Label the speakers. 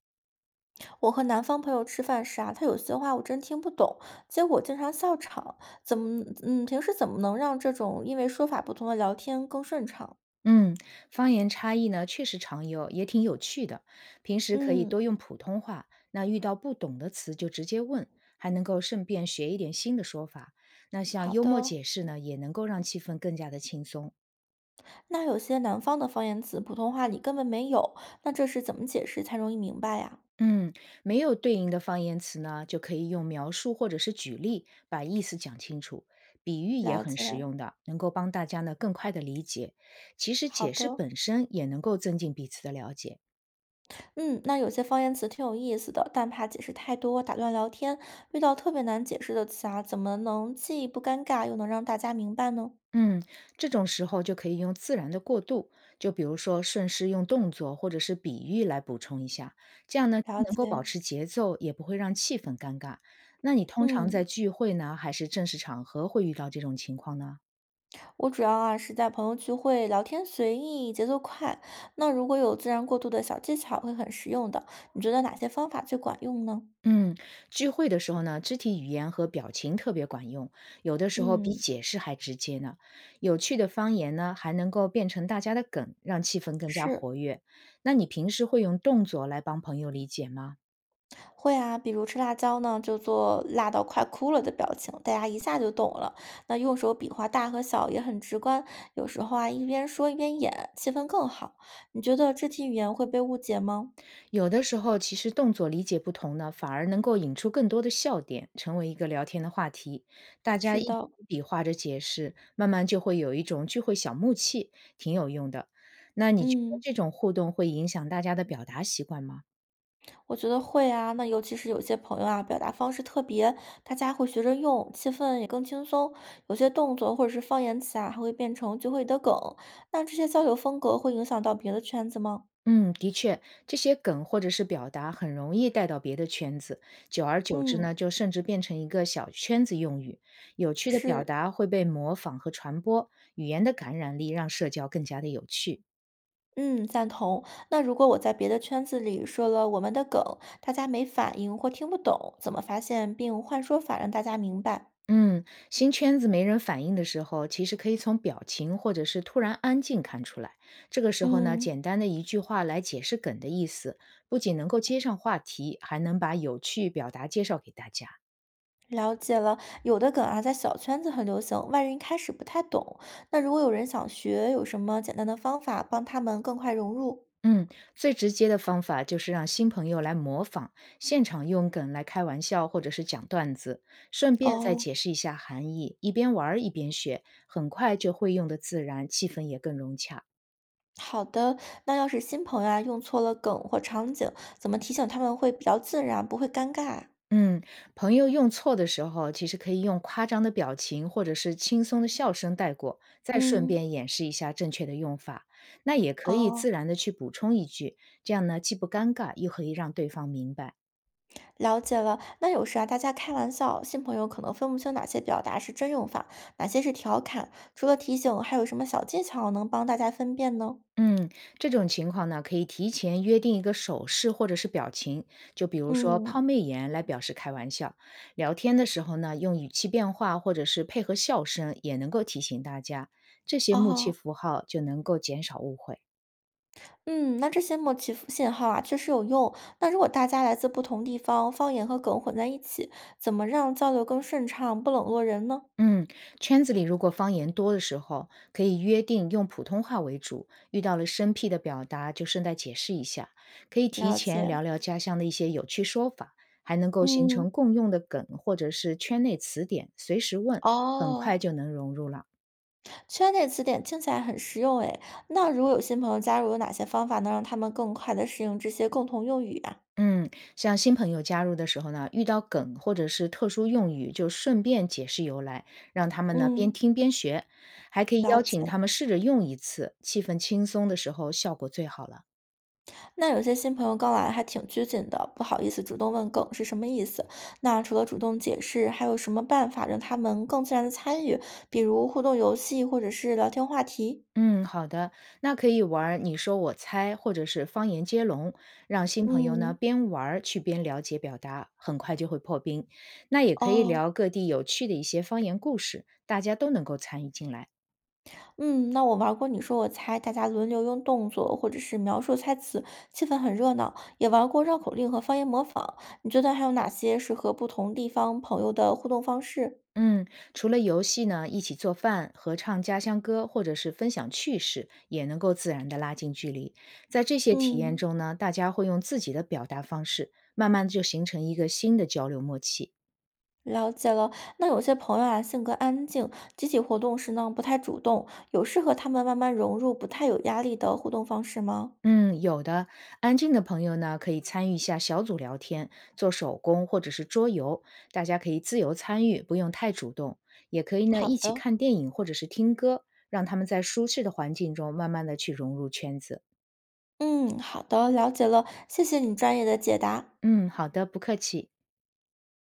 Speaker 1: 我和南方朋友吃饭时啊，他有些话我真听不懂，结果经常笑场。怎么，嗯，平时怎么能让这种因为说法不同的聊天更顺畅？
Speaker 2: 嗯，方言差异呢，确实常有，也挺有趣的。平时可以
Speaker 1: 嗯，
Speaker 2: 多用普通话，那遇到不懂的词就直接问，还能够顺便学一点新的说法。那像
Speaker 1: 好
Speaker 2: 幽默
Speaker 1: 的。
Speaker 2: 解释呢，也能够让气氛更加的轻松。
Speaker 1: 那有些南方的方言词，普通话里根本没有，那这是怎么解释才容易明白呀？
Speaker 2: 嗯，没有对应的方言词呢，就可以用描述或者是举例把意思讲清楚。比喻也
Speaker 1: 了
Speaker 2: 很实
Speaker 1: 解。
Speaker 2: 用的，能够帮大家呢更快的理解。其实
Speaker 1: 好
Speaker 2: 解释
Speaker 1: 的，
Speaker 2: 本身也能够增进彼此的了解。
Speaker 1: 嗯，那有些方言词挺有意思的，但怕解释太多打断聊天，遇到特别难解释的词啊，怎么能既不尴尬又能让大家明白呢？
Speaker 2: 嗯，这种时候就可以用自然的过渡，就比如说顺势用动作或者是比喻来补充一下，这样呢既
Speaker 1: 了
Speaker 2: 能够保
Speaker 1: 解，
Speaker 2: 持节奏，也不会让气氛尴尬。那你通常
Speaker 1: 嗯。
Speaker 2: 在聚会呢，还是正式场合会遇到这种情况呢？
Speaker 1: 我主要啊是在朋友聚会聊天随意，节奏快。那如果有自然过渡的小技巧，会很实用的。你觉得哪些方法最管用呢？
Speaker 2: 嗯，聚会的时候呢，肢体语言和表情特别管用，有的时候比
Speaker 1: 嗯，
Speaker 2: 解释还直接呢。有趣的方言呢，还能够变成大家的梗，让气氛更加
Speaker 1: 是
Speaker 2: 活跃。那你平时会用动作来帮朋友理解吗？
Speaker 1: 会啊，比如吃辣椒呢，就做辣到快哭了的表情，大家一下就懂了。那用手比划大和小也很直观，有时候啊一边说一边演，气氛更好。你觉得肢体语言会被误解吗？
Speaker 2: 有的时候，其实动作理解不同呢，反而能够引出更多的笑点，成为一个聊天的话题。大家
Speaker 1: 是
Speaker 2: 一起
Speaker 1: 的，
Speaker 2: 比划着解释，慢慢就会有一种聚会小默契，挺有用的。那你觉得
Speaker 1: 嗯。
Speaker 2: 这种互动会影响大家的表达习惯吗？
Speaker 1: 我觉得会啊，那尤其是有些朋友啊，表达方式特别，大家会学着用，气氛也更轻松。有些动作或者是方言词啊，还会变成聚会的梗。那这些交流风格会影响到别的圈子吗？
Speaker 2: 嗯，的确，这些梗或者是表达很容易带到别的圈子，久而久之
Speaker 1: 嗯，
Speaker 2: 呢，就甚至变成一个小圈子用语。有趣的表
Speaker 1: 是，
Speaker 2: 达会被模仿和传播，语言的感染力让社交更加的有趣。
Speaker 1: 嗯，赞同。那如果我在别的圈子里说了我们的梗，大家没反应或听不懂，怎么发现并换说法让大家明白？
Speaker 2: 嗯，新圈子没人反应的时候，其实可以从表情或者是突然安静看出来。这个时候呢，
Speaker 1: 嗯。
Speaker 2: 简单的一句话来解释梗的意思，不仅能够接上话题，还能把有趣表达介绍给大家。
Speaker 1: 了解了，有的梗啊，在小圈子很流行，外人一开始不太懂。那如果有人想学，有什么简单的方法帮他们更快融入？
Speaker 2: 嗯，最直接的方法就是让新朋友来模仿，现场用梗来开玩笑或者是讲段子，顺便再
Speaker 1: 哦，
Speaker 2: 解释一下含义，一边玩儿一边学，很快就会用的自然，气氛也更融洽。
Speaker 1: 好的。那要是新朋友啊，用错了梗或场景，怎么提醒他们会比较自然，不会尴尬啊
Speaker 2: 嗯，朋友用错的时候，其实可以用夸张的表情或者是轻松的笑声带过，再顺
Speaker 1: 嗯，
Speaker 2: 便演示一下正确的用法。那也可以自
Speaker 1: 哦，
Speaker 2: 然的去补充一句，这样呢既不尴尬，又可以让对方明白。
Speaker 1: 了解了。那有时啊，大家开玩笑，新朋友可能分不清哪些表达是真用法，哪些是调侃。除了提醒，还有什么小技巧能帮大家分辨呢？
Speaker 2: 嗯，这种情况呢，可以提前约定一个手势或者是表情，就比如说抛
Speaker 1: 嗯，
Speaker 2: 媚眼来表示开玩笑。聊天的时候呢，用语气变化或者是配合笑声，也能够提醒大家，这些默契
Speaker 1: 哦。
Speaker 2: 符号就能够减少误会。
Speaker 1: 嗯，那这些默契符信号啊，确实有用。那如果大家来自不同地方，方言和梗混在一起，怎么让交流更顺畅，不冷落人呢？
Speaker 2: 嗯，圈子里如果方言多的时候，可以约定用普通话为主，遇到了生僻的表达就顺带解释一下，可以提
Speaker 1: 了
Speaker 2: 前
Speaker 1: 解，
Speaker 2: 聊聊家乡的一些有趣说法，还能够形
Speaker 1: 嗯，
Speaker 2: 成共用的梗或者是圈内词典，随时问，很
Speaker 1: 哦，
Speaker 2: 快就能融入了。
Speaker 1: 圈内词典听起来很实用诶。那如果有新朋友加入，有哪些方法能让他们更快的适应这些共同用语啊？
Speaker 2: 嗯，像新朋友加入的时候呢，遇到梗或者是特殊用语，就顺便解释由来，让他们呢边
Speaker 1: 嗯，
Speaker 2: 听边学，还可以
Speaker 1: 了
Speaker 2: 邀
Speaker 1: 解。
Speaker 2: 请他们试着用一次，气氛轻松的时候效果最好了。
Speaker 1: 那有些新朋友刚来还挺拘谨的，不好意思主动问梗是什么意思。那除了主动解释，还有什么办法让他们更自然的参与？比如互动游戏，或者是聊天话题？
Speaker 2: 嗯，好的，那可以玩儿你说我猜，或者是方言接龙，让新朋友呢
Speaker 1: 嗯，
Speaker 2: 边玩儿去边了解表达，很快就会破冰。那也可以
Speaker 1: 哦，
Speaker 2: 聊各地有趣的一些方言故事，大家都能够参与进来。
Speaker 1: 嗯，那我玩过你说我猜，大家轮流用动作或者是描述猜词，气氛很热闹。也玩过绕口令和方言模仿。你觉得还有哪些适合不同地方朋友的互动方式？
Speaker 2: 嗯，除了游戏呢，一起做饭、合唱家乡歌，或者是分享趣事，也能够自然的拉近距离。在这些体验
Speaker 1: 嗯。
Speaker 2: 中呢，大家会用自己的表达方式，慢慢地就形成一个新的交流默契。
Speaker 1: 了解了，那有些朋友啊，性格安静，集体活动时呢不太主动，有适合他们慢慢融入、不太有压力的互动方式吗？
Speaker 2: 嗯，有的。安静的朋友呢，可以参与一下小组聊天，做手工或者是桌游，大家可以自由参与，不用太主动。也可以呢，
Speaker 1: 好
Speaker 2: 一起
Speaker 1: 的，
Speaker 2: 看电影或者是听歌，让他们在舒适的环境中慢慢的去融入圈子。
Speaker 1: 嗯，好的，了解了，谢谢你专业的解答。
Speaker 2: 嗯，好的，不客气。